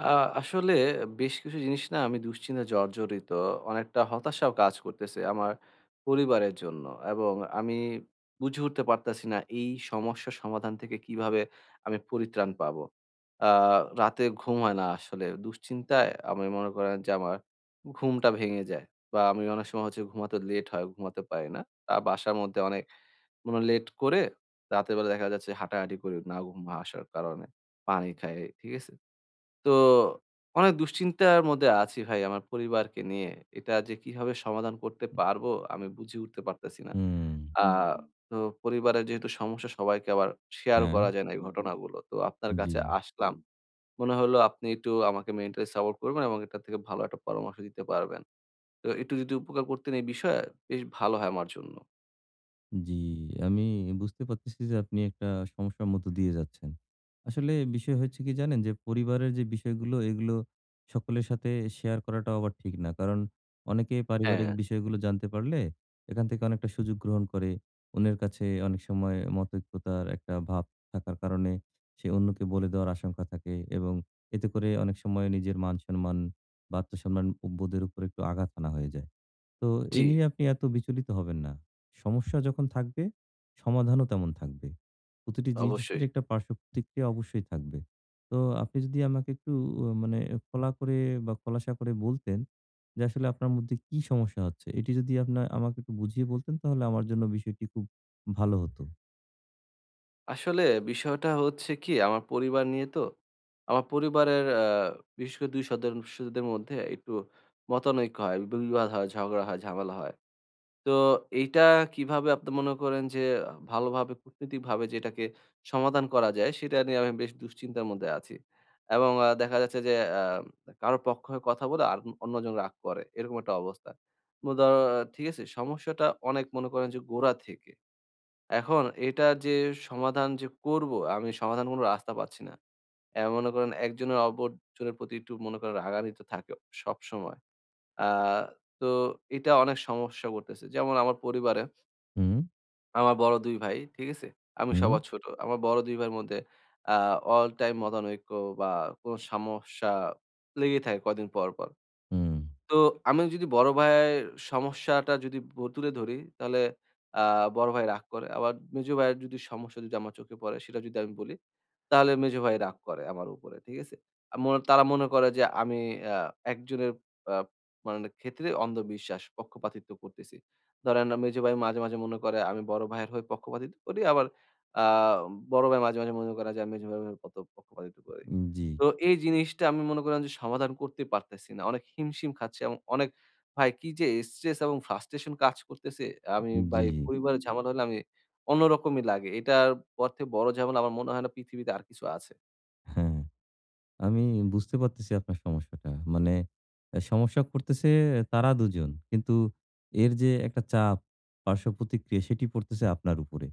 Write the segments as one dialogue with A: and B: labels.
A: আ আসলে বেশ কিছু জিনিস না আমি দুশ্চিন্তায় জর্জরিত। অনেকটা হতাশাও কাজ করতেছে আমার পরিবারের জন্য এবং আমি বুঝে উঠতে পারতাছি না এই সমস্যার সমাধান থেকে কিভাবে আমি পরিত্রাণ পাবো। আ রাতে ঘুম হয় না আসলে। দুশ্চিন্তায় আমি মনে করেন যে আমার ঘুমটা ভেঙে যায় বা আমি অনেক সময় হচ্ছে ঘুমাতে লেট হয়, ঘুমাতে পারি না। বাসার মধ্যে অনেক মনে লেট করে রাতের বেলা দেখা যাচ্ছে হাঁটাহাঁটি করি না ঘুম আসার কারণে। পানি খাই, ঠিক আছে? তো অনেক দুশ্চিন্তার মধ্যে আছি ভাই আমার পরিবারকে নিয়ে। এটা যে কিভাবে সমাধান করতে পারবো আমি বুঝে উঠতে পারতেছি না।
B: হুম।
A: হুম। তো পরিবারের যেহেতু সমস্যা সবাইকে আবার শেয়ারও
B: হ্যাঁ।
A: করা যায় না এই ঘটনাগুলো। তো আপনার
B: জি,
A: কাছে আসলাম। মনে হলো আপনি একটু আমাকে মেন্টালি সাপোর্ট করবেন এবং এটা থেকে ভালো একটা পরামর্শ দিতে পারবেন। তো একটু যদি উপকার করতেন এই বিষয়ে বেশ ভালো হয় আমার জন্য।
B: জি। আমি বুঝতে পারতেছি যে আপনি একটা সমস্যার মধ্য দিয়ে যাচ্ছেন। আসলে বিষয় হচ্ছে কি জানেন? যে পরিবারের যে বিষয়গুলো এগুলো সকলের সাথে শেয়ার করাটাও আবার ঠিক না। কারণ অনেকে পারিবারিক
A: হ্যাঁ,
B: বিষয়গুলো জানতে পারলে এখান থেকে অনেকটা সুযোগ গ্রহণ করে। অন্যের কাছে অনেক সময় মতৈক্যতার একটা ভাব থাকার কারণে সে অন্যকে বলে দেওয়ার আশঙ্কা থাকে এবং এতে করে অনেক সময় নিজের মান-সম্মান বা আত্মসম্মান বোধের উপর একটু আঘাত হানা হয়ে যায়। তো এ
A: জি,
B: নিয়ে আপনি এত বিচলিত হবেন না। সমস্যা যখন থাকবে, সমাধানও তেমন থাকবে। প্রতিটি জিনিসের
A: অবশ্যই।
B: একটা পার্শ্ব প্রতিক্রিয়া অবশ্যই থাকবে। তো আপনি যদি আমাকে একটু মানে খোলা করে বা খোলাসা করে বলতেন যে আসলে আপনার মধ্যে কি সমস্যা হচ্ছে? এটি যদি আপনার আমাকে একটু বুঝিয়ে বলতেন তাহলে আমার জন্য বিষয়টি খুব ভালো হতো।
A: আসলে বিষয়টা হচ্ছে কি আমার পরিবার নিয়ে তো। আমার পরিবারের বিশেষ করে ২ সদস্যদের মধ্যে একটু মতানৈক্য হয়, বিবাদ হয়, ঝগড়া হয়, ঝামেলা হয়। তো এইটা কিভাবে আপনি মনে করেন যে ভালোভাবে কূটনৈতিকভাবে যে এটাকে সমাধান করা যায় সেটা নিয়ে আমি বেশ দুশ্চিন্তার মধ্যে আছি। এবং দেখা যাচ্ছে যে আ কারো পক্ষ হয়ে কথা বলে আর অন্যজন রাগ করে। এরকম একটা অবস্থা। মু ধ ঠিক আছে? সমস্যাটা অনেক মনে করেন যে গোড়া থেকে। এখন এটা যে সমাধান যে করব, আমি সমাধান কোনো রাস্তা পাচ্ছি না। মনে করেন একজনের অপরজনের প্রতি একটু মনে করেন রাগান্বিত থাকে সবসময়। আ তো এটা অনেক সমস্যা করতেছে। যেমন আমার পরিবারে
B: হুম,
A: আমার বড় ২ ভাই, ঠিক আছে? আমি
B: হুম,
A: সবার ছোট। আমার বড় ২ ভাইয়ের মধ্যে আ all time মতানৈক্য বা কোনো সমস্যা লেগেই থাকে কয়দিন পর, পর।
B: হুম।
A: তো আমি যদি বড় ভাইয়ের সমস্যাটা যদি তুলে ধরি, তাহলে আ বড় ভাই রাগ করে। আবার মেজো ভাইয়ের যদি সমস্যা যদি আমার চোখে পড়ে সেটা যদি আমি বলি, তাহলে মেজো ভাই রাগ করে আমার উপরে। ঠিক আছে? আ মনে তারা মনে করে যে আমি আ একজনের আ মানে ক্ষেত্রে অন্ধবিশ্বাস, পক্ষপাতিত্ব করতেছি। ধরেন মেজো ভাই মাঝে, মাঝে মনে করে আমি বড় ভাইয়ের হয়ে পক্ষপাতিত্ব করি। আবার আ বড় ভাই মাঝে, মাঝে মনে করে যে আমি মেজো ভাইয়ের হয়ে পক্ষপাতিত্ব করি।
B: জি,
A: তো এই জিনিসটা আমি মনে করলাম যে সমাধান করতে পারতেছি না। অনেক হিমশিম খাচ্ছি এবং অনেক ভাই কি যে স্ট্রেস এবং ফ্রাস্ট্রেশন কাজ করতেছে আমি ভাই
B: জি।
A: পরিবারের হুম। ঝামেলা হলে আমি অন্যরকমই লাগে। এটার পর থেকে বড় ঝামেলা আমার মনে হয় না পৃথিবীতে আর কিছু আছে।
B: হ্যাঁ। আমি বুঝতে পারতেছি আপনার সমস্যাটা। মানে সমস্যা করতেছে তারা দুজন। কিন্তু এর যে একটা চাপ, পার্শ্ব প্রতিক্রিয়া সেটি পড়তেছে আপনার উপরে।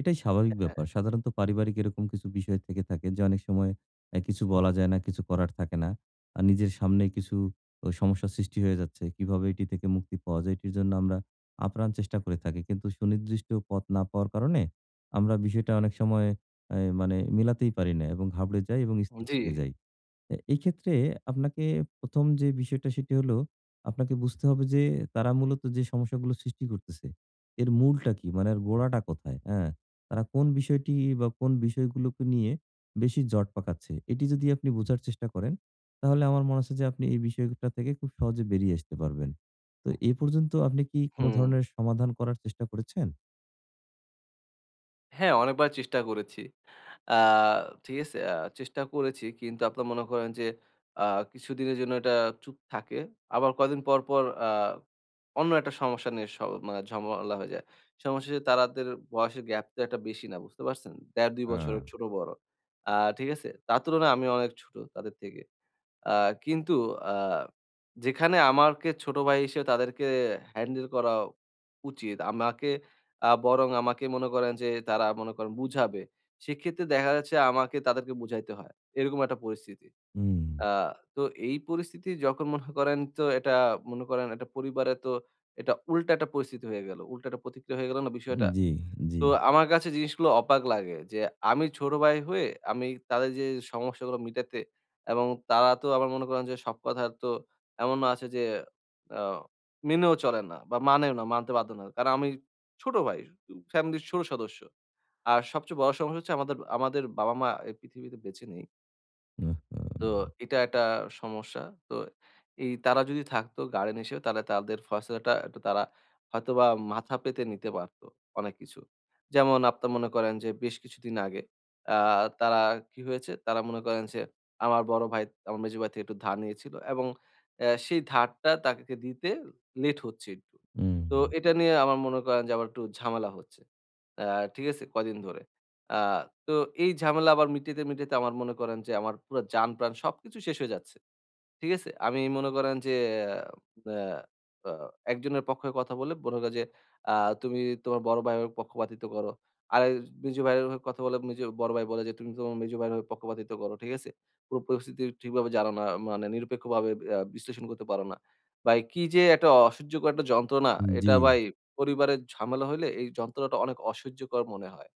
B: এটাই স্বাভাবিক
A: হ্যাঁ,
B: ব্যাপার। সাধারণত পারিবারিক এরকম কিছু বিষয় থেকে থাকে যে অনেক সময় কিছু বলা যায় না, কিছু করার থাকে না। আর নিজের সামনেই কিছু ও সমস্যার সৃষ্টি হয়ে যাচ্ছে। কিভাবে এটি থেকে মুক্তি পাওয়া যায় এটির জন্য আমরা আপ্রাণ চেষ্টা করে থাকি। কিন্তু সুনির্দিষ্ট পথ না পাওয়ার কারণে আমরা বিষয়টা অনেক সময় মানে মেলাতেই পারি না এবং ঘাবড়ে যাই এবং স্থির
A: জি,
B: থেকে যাই। এই ক্ষেত্রে আপনাকে ১ম যে বিষয়টা সেটি হলো, আপনাকে বুঝতে হবে যে তারা মূলত যে সমস্যাগুলো সৃষ্টি করতেছে, এর মূলটা কি? মানে এর গোড়াটা কোথায়? হ্যাঁ? তারা কোন বিষয়টি বা কোন বিষয়গুলোকে নিয়ে বেশি জট পাকাচ্ছে? এটি যদি আপনি বোঝার চেষ্টা করেন, তাহলে আমার মনে হচ্ছে যে আপনি এই বিষয়টা থেকে খুব সহজে বেরিয়ে আসতে পারবেন। তো এ পর্যন্ত আপনি কি কোন
A: হুম।
B: ধরনের সমাধান করার চেষ্টা করেছেন?
A: হ্যাঁ, অনেকবার চেষ্টা করেছি। আ ঠিক আছে? চেষ্টা করেছি। কিন্তু আপনার মনে করেন যে আ কিছুদিনের জন্য এটা চুপ থাকে। আবার কয়দিন পর, পর অন্য একটা সমস্যা নিয়ে মানে ঝামেলা হয়ে যায়। সমস্যা হচ্ছে তাদের বয়সের গ্যাপ তো একটা বেশি না, বুঝতে পারছেন? ১.৫ ২
B: আ
A: বছরের ছোট-বড়। আ ঠিক আছে? তার তুলনায় আমি অনেক ছোট তাদের থেকে। আ কিন্তু আ যেখানে আমাকে ছোট ভাই হিসেবে তাদেরকে হ্যান্ডেল করা উচিত। আমাকে আ বরং আমাকে মনে করেন যে তারা মনে করেন বুঝাবে। সেক্ষেত্রে দেখা যাচ্ছে আমাকে তাদেরকে বুঝাইতে হয়। এরকম একটা পরিস্থিতি।
B: হুম,
A: আ তো এই পরিস্থিতি যখন মনে করেন তো এটা মনে করেন একটা পরিবারে তো এটা উল্টা একটা পরিস্থিতি হয়ে গেল। উল্টা একটা প্রতিক্রিয়া হয়ে গেল না বিষয়টা?
B: জি, জি।
A: তো আমার কাছে জিনিসগুলো অবাক লাগে যে আমি ছোট ভাই হয়ে আমি তাদের যে সমস্যাগুলো মিটাতে এবং তারা তো আবার মনে করেন যে সব কথা তো এমনও আছে যে আ মেনেও চলে না বা মানেও না, মানতে বাধ্য না। কারণ আমি ছোট ভাই, ফ্যামিলির ছোট সদস্য। আর সবচেয়ে বড় সমস্যা হচ্ছে আমাদের বাবা-মা এই পৃথিবীতে বেঁচে নেই।
B: উহু,
A: তো এটা একটা সমস্যা। তো এই তারা যদি থাকতো গার্ডিয়ান হিসেবে তাহলে তাদের ফয়সালাটা একটু তারা হয়তোবা মাথা পেতে নিতে পারতো অনেক কিছু। যেমন আপনার মনে করেন যে বেশ কিছুদিন আগে আ তারা কি হয়েছে? তারা মনে করেন যে আমার বড় ভাই, আমার মেজো ভাই থেকে একটু ধার নিয়েছিল এবং সেই ধারটা তাকে দিতে লেট হচ্ছে একটু।
B: হুম,
A: তো এটা নিয়ে আমার মনে করেন যে আবার একটু ঝামেলা হচ্ছে। অ্যা ঠিক আছে? কদিন ধরে। আ তো এই ঝামেলা আবার মিটাইতে, মিটাইতে আমার মনে করেন যে আমার পুরা জান-প্রাণ সবকিছু শেষ হয়ে যাচ্ছে। ঠিক আছে? আমি মনে করেন যে আ আ একজনের পক্ষে কথা বলে মনে করেন যে আ তুমি তোমার বড় ভাইয়ের হয়ে পক্ষপাতিত্ব করো। আরেক মেজো ভাইয়ের হয়ে কথা বলে মেজো বড় ভাই বলে যে তুমি তোমার মেজো ভাইয়ের হয়ে পক্ষপাতিত্ব করো। ঠিক আছে? পুরো পরিস্থিতি ঠিকভাবে জানো না। মানে নিরপেক্ষভাবে বিশ্লেষণ করতে পারো না। ভাই কি যে একটা অসহ্যকর একটা যন্ত্রণা এটা
B: জি।
A: ভাই পরিবারের ঝামেলা হইলে এই যন্ত্রণাটা অনেক অসহ্যকর মনে হয়।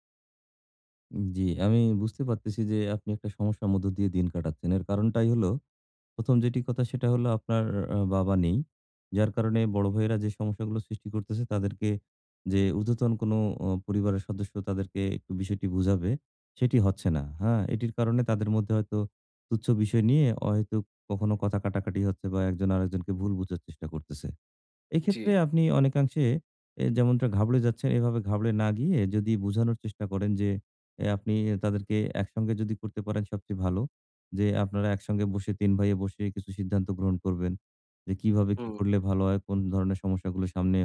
B: জি, আমি বুঝতে পারতেছি যে আপনি একটা সমস্যার মধ্য দিয়ে দিন কাটাচ্ছেন। এর কারণটাই হলো ১ম যেটি কথা সেটা হলো আপনার বাবা নেই। যার কারণে বড় ভাইয়েরা যে সমস্যাগুলো সৃষ্টি করতেছে তাদেরকে যে ঊর্ধ্বতন কোনো পরিবারের সদস্য তাদেরকে একটু বিষয়টি বুঝাবে, সেটি হচ্ছে না। হ্যাঁ? এটির কারণে তাদের মধ্যে হয়তো তুচ্ছ বিষয় নিয়ে অহেতুক কখনো কথা কাটাকাটি হচ্ছে বা একজন আরেকজনকে ভুল বুঝার চেষ্টা করতেছে।
A: জি।
B: এক্ষেত্রে আপনি অনেকাংশে যেমনটা ঘাবড়ে যাচ্ছেন, এভাবে ঘাবড়ে না গিয়ে যদি বুঝানোর চেষ্টা করেন যে, আপনি তাদেরকে একসঙ্গে যদি করতে পারেন সবচেয়ে ভালো। যে আপনারা একসঙ্গে বসে ৩ ভাইয়ে বসে কিছু সিদ্ধান্ত গ্রহণ করবেন। যে কিভাবে কি
A: হুম।
B: করলে ভালো হয়, কোন ধরনের সমস্যাগুলো সামনে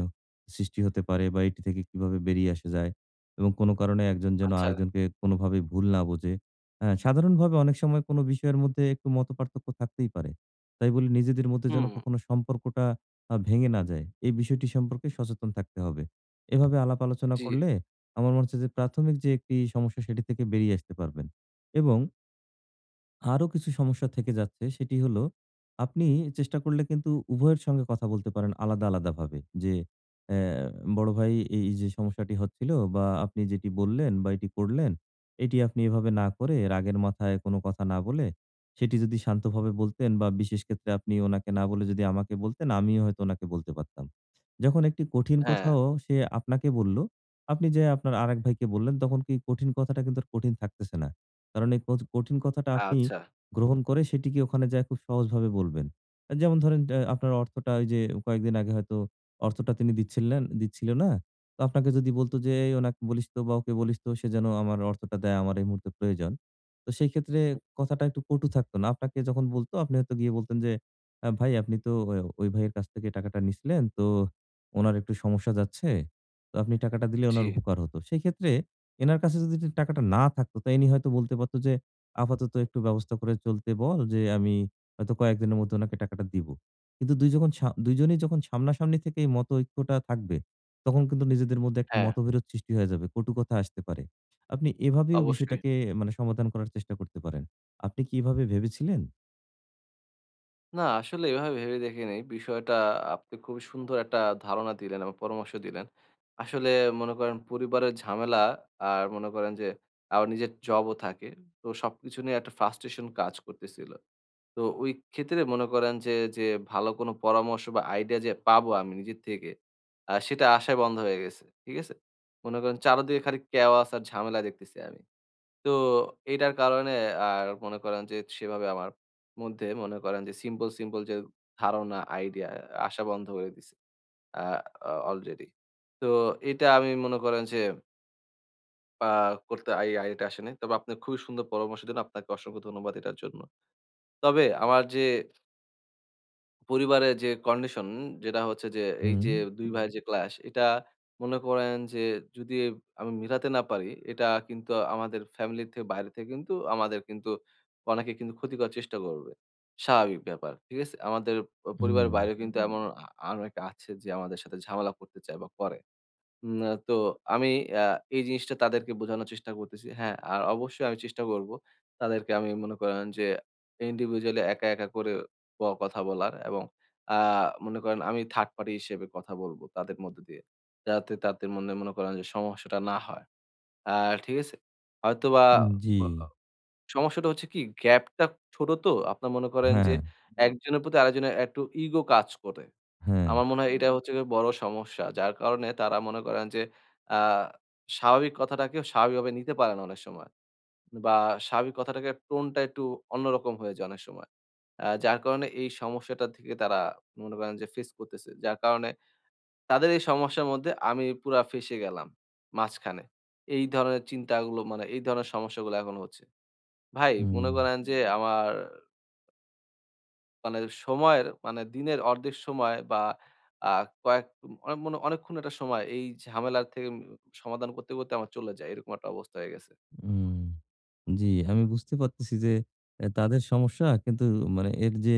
B: সৃষ্টি হতে পারে বা এটি থেকে কিভাবে বেরিয়ে আসা যায় এবং কোনো কারণে একজন যেন
A: আচ্ছা।
B: আরেকজনকে কোনোভাবেই ভুল না বোঝে। হ্যাঁ, সাধারণভাবে অনেক সময় কোনো বিষয়ের মধ্যে একটু মতপার্থক্য থাকতেই পারে। তাই বলে নিজেদের মধ্যে যেন
A: হুম,
B: কখনো সম্পর্কটা ভেঙে না যায়, এই বিষয়টি সম্পর্কে সচেতন থাকতে হবে। এভাবে আলাপ আলোচনা
A: জি,
B: করলে আমার মনে হচ্ছে যে প্রাথমিক যে একটি সমস্যা সেটি থেকে বেরিয়ে আসতে পারবেন এবং আরো কিছু সমস্যা থেকে যাচ্ছে সেটি হলো আপনি চেষ্টা করলে কিন্তু উভয়ের সঙ্গে কথা বলতে পারেন আলাদা আলাদা ভাবে যে আহ, বড় ভাই এই যে সমস্যাটি হচ্ছিল বা আপনি যেটি বললেন বা এটি করলেন, এটি আপনি এভাবে না করে রাগের মাথায় কোনো কথা না বলে সেটি যদি শান্তভাবে বলতেন বা বিশেষ ক্ষেত্রে আপনি ওনাকে না বলে যদি আমাকে বলতেন আমিও হয়তো ওনাকে বলতে পারতাম। যখন একটি কঠিন
A: হ্যাঁ,
B: কথাও সে আপনাকে বলল, আপনি যে আপনার আরেক ভাইকে বললেন, তখন কি কঠিন কথাটা কিন্তু আর কঠিন থাকতেছে না। কারণ এই কঠিন কথাটা আপনি
A: আচ্ছা,
B: গ্রহণ করে সেটিকে ওখানে যায় খুব সহজভাবে বলবেন। যেমন ধরেন আপনার অর্থটা ওই যে কয়েকদিন আগে হয়তো অর্থটা তিনি দিচ্ছিলেন দিচ্ছিল না। তো আপনাকে যদি বলত যে, "এই ওনাকে বলিস তো বা ওকে বলিস তো সে যেন আমার অর্থটা দেয়, আমার এই মুহূর্তে প্রয়োজন।" তো সেই ক্ষেত্রে কথাটা একটু কটু থাকতো না। আপনাকে যখন বলত আপনি হয়তো গিয়ে বলতেন যে, ভাই আপনি তো ওই ভাইয়ের কাছ থেকে টাকাটা নিছিলেন। তো ওনার একটু সমস্যা যাচ্ছে। তো আপনি টাকাটা দিলে
A: জি,
B: ওনার উপকার হতো।" সেক্ষেত্রে এনার কাছে যদি টাকাটা না থাকতো তা ইনি হয়তো বলতে পারত যে আপাতত একটু ব্যবস্থা করে চলতে বল যে আমি হয়তো কয়েকদিনের মধ্যে ওনাকে টাকাটা দিব। কিন্তু ২ জনেই যখন সামনাসামনি থেকে এই মতৈক্যটা থাকবে, তখন কিন্তু নিজেদের মধ্যে একটা
A: হ্যাঁ,
B: মতবিরোধ সৃষ্টি হয়ে যাবে। কটুকথা আসতে পারে। আপনি এভাবেও
A: অবশ্যই।
B: বিষয়টাকে মানে সমাধান করার চেষ্টা করতে পারেন। আপনি কি এভাবে ভেবেছিলেন?
A: না আসলে এভাবে ভেবে দেখিনি। বিষয়টা আপনি খুবই সুন্দর একটা ধারণা দিলেন এবং পরামর্শ দিলেন। আসলে মনে করেন পরিবারের ঝামেলা আর মনে করেন যে আবার নিজের জবও থাকে। তো সবকিছু নিয়ে একটা frustration কাজ করতেছিল। তো ওই ক্ষেত্রে মনে করেন যে, যে ভালো কোনো পরামর্শ বা আইডিয়া যে পাবো আমি নিজের থেকে, সেটা আশাই বন্ধ হয়ে গেছে। ঠিক আছে? মনে করেন চারদিকে খালি কেওয়াস আর ঝামেলা দেখতেছি আমি। তো এটার কারণে আর মনে করেন যে সেভাবে আমার মধ্যে মনে করেন যে সিম্পল, সিম্পল যে ধারণা, আইডিয়া আসা বন্ধ করে দিছে আ আ অলরেডি। তো এটা আমি মনে করেন যে আ করতে এই আইডিয়াটা আসেনি। তবে আপনি খুবই সুন্দর পরামর্শের জন্য আপনাকে অসংখ্য ধন্যবাদ এটার জন্য। তবে আমার যে পরিবারের যে কন্ডিশন যেটা হচ্ছে যে এই
B: হুম,
A: যে ২ হুম। ভাইয়ের যে ক্লাশ এটা মনে করেন যে যদি আমি মিলাতে না পারি এটা কিন্তু আমাদের ফ্যামিলি থেকে বাইরে থেকে কিন্তু আমাদের কিন্তু অনেকে কিন্তু ক্ষতি করার চেষ্টা করবে। স্বাভাবিক ব্যাপার। ঠিক আছে? আমাদের
B: হুম,
A: পরিবারের বাইরেও কিন্তু হুম। এমন আরো একটা আছে যে আমাদের সাথে ঝামেলা করতে চায় বা করে। উম আ তো আমি আ এই জিনিসটা তাদেরকে বোঝানোর চেষ্টা করতেছি। হ্যাঁ, আর অবশ্যই আমি চেষ্টা করব তাদেরকে আমি মনে করেন যে ইন্ডিভিজুয়ালি একা, একা করে কথা বলার এবং আ মনে করেন আমি থার্ড পার্টি হিসেবে কথা বলব তাদের মধ্য দিয়ে। যাতে তাদের মনে মনে করেন যে সমস্যাটা না হয়। আর ঠিক আছে? হয়তোবা
B: জি।
A: ব সমস্যাটা হচ্ছে কি গ্যাপটা ছোট তো আপনার মনে করেন যে
B: হ্যাঁ,
A: হুম। একজনের প্রতি আরেকজনের একটু ইগো কাজ করে।
B: হ্যাঁ।
A: আমার মনে হয় হুম। এটা হচ্ছে গিয়ে বড় সমস্যা। যার কারণে তারা মনে করেন যে আ স্বাভাবিক কথাটাকে স্বাভাবিকভাবে নিতে পারে না অনেক সময়। বা স্বাভাবিক কথাটাকে টোনটা একটু অন্যরকম হয়ে যায় অনেক সময়। যার কারণে এই সমস্যাটা থেকে তারা মনে করেন যে ফেস করতেছে। যার কারণে তাদের এই সমস্যার মধ্যে আমি পুরা ফেঁসে গেলাম মাঝখানে। এই ধরনের চিন্তাগুলো মানে এই ধরনের সমস্যাগুলো এখন হচ্ছে। ভাই
B: হুম।
A: মনে করেন যে হুম। আমার মানে সময়ের মানে দিনের অর্ধেক সময় বা আ কয়েক মানে অনেকক্ষণ একটা সময় এই ঝামেলার থেকে সমাধান করতে, করতে আমার চলে যায়। এরকম একটা অবস্থা হয়ে গেছে।
B: উম জি, আমি বুঝতে পারতেছি যে তাদের সমস্যা কিন্তু মানে এর যে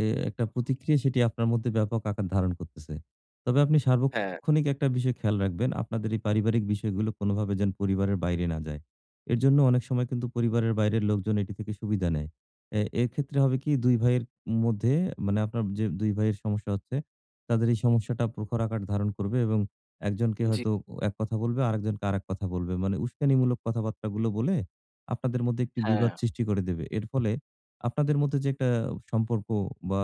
B: এ একটা প্রতিক্রিয়া সেটি আপনার মধ্যে ব্যাপক আকার ধারণ করতেছে। তবে আপনি
A: হ্যাঁ।
B: সার্বক্ষণিক একটা বিষয় খেয়াল রাখবেন। আপনাদের এই পারিবারিক বিষয়গুলো কোনোভাবে যেন পরিবারের বাইরে না যায়। এর জন্য অনেক সময় কিন্তু পরিবারের বাইরের লোকজন এটি থেকে সুবিধা নেয়। এর ক্ষেত্রে হবে কি ২ ভাইয়ের মধ্যে মানে আপনার যে ২ ভাইয়ের সমস্যা হচ্ছে, তাদের এই সমস্যাটা প্রখর আকার ধারণ করবে এবং একজনকে
A: জি,
B: হয়তো এক কথা বলবে, আরেকজনকে আরেক কথা বলবে। মানে উস্কানিমূলক কথাবার্তাগুলো বলে আপনাদের মধ্যে একটি
A: হ্যাঁ।
B: বিবাদ সৃষ্টি করে দেবে। এর ফলে আপনাদের মধ্যে যে একটা সম্পর্ক বা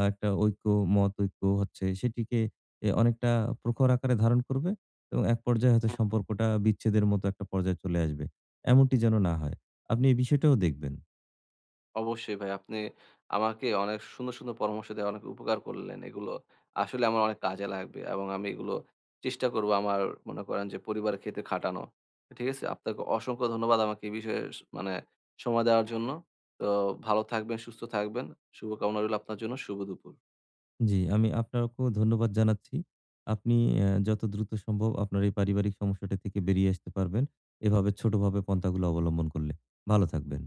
B: একটা ঐক্য, মত ঐক্য হচ্ছে সেটিকে অনেকটা প্রখর আকারে ধারণ করবে এবং এক পর্যায়ে হয়তো
A: হুম,
B: সম্পর্কটা বিচ্ছেদের মতো একটা পর্যায়ে চলে আসবে। এমনটি যেন না হয়। আপনি এই বিষয়টাও দেখবেন।
A: অবশ্যই ভাই আপনি আমাকে অনেক সুন্দর, সুন্দর পরামর্শ দিয়ে অনেক উপকার করলেন। এগুলো আসলে আমার অনেক কাজে লাগবে এবং আমি এগুলো চেষ্টা করব আমার মনে করেন যে পরিবারের ক্ষেত্রে খাটানো। ঠিক আছে? আপনাকে অসংখ্য ধন্যবাদ আমাকে এই বিষয়ে মানে সময় দেওয়ার জন্য। তো ভালো থাকবেন, সুস্থ থাকবেন। শুভকামনা রইল আপনার জন্য। শুভ দুপুর।
B: জি, আমি আপনাকেও ধন্যবাদ জানাচ্ছি। আপনি যত দ্রুত সম্ভব আপনার এই পারিবারিক সমস্যাটা থেকে বেরিয়ে আসতে পারবেন। এভাবে ছোটভাবে পন্থাগুলো অবলম্বন করলে। ভালো থাকবেন।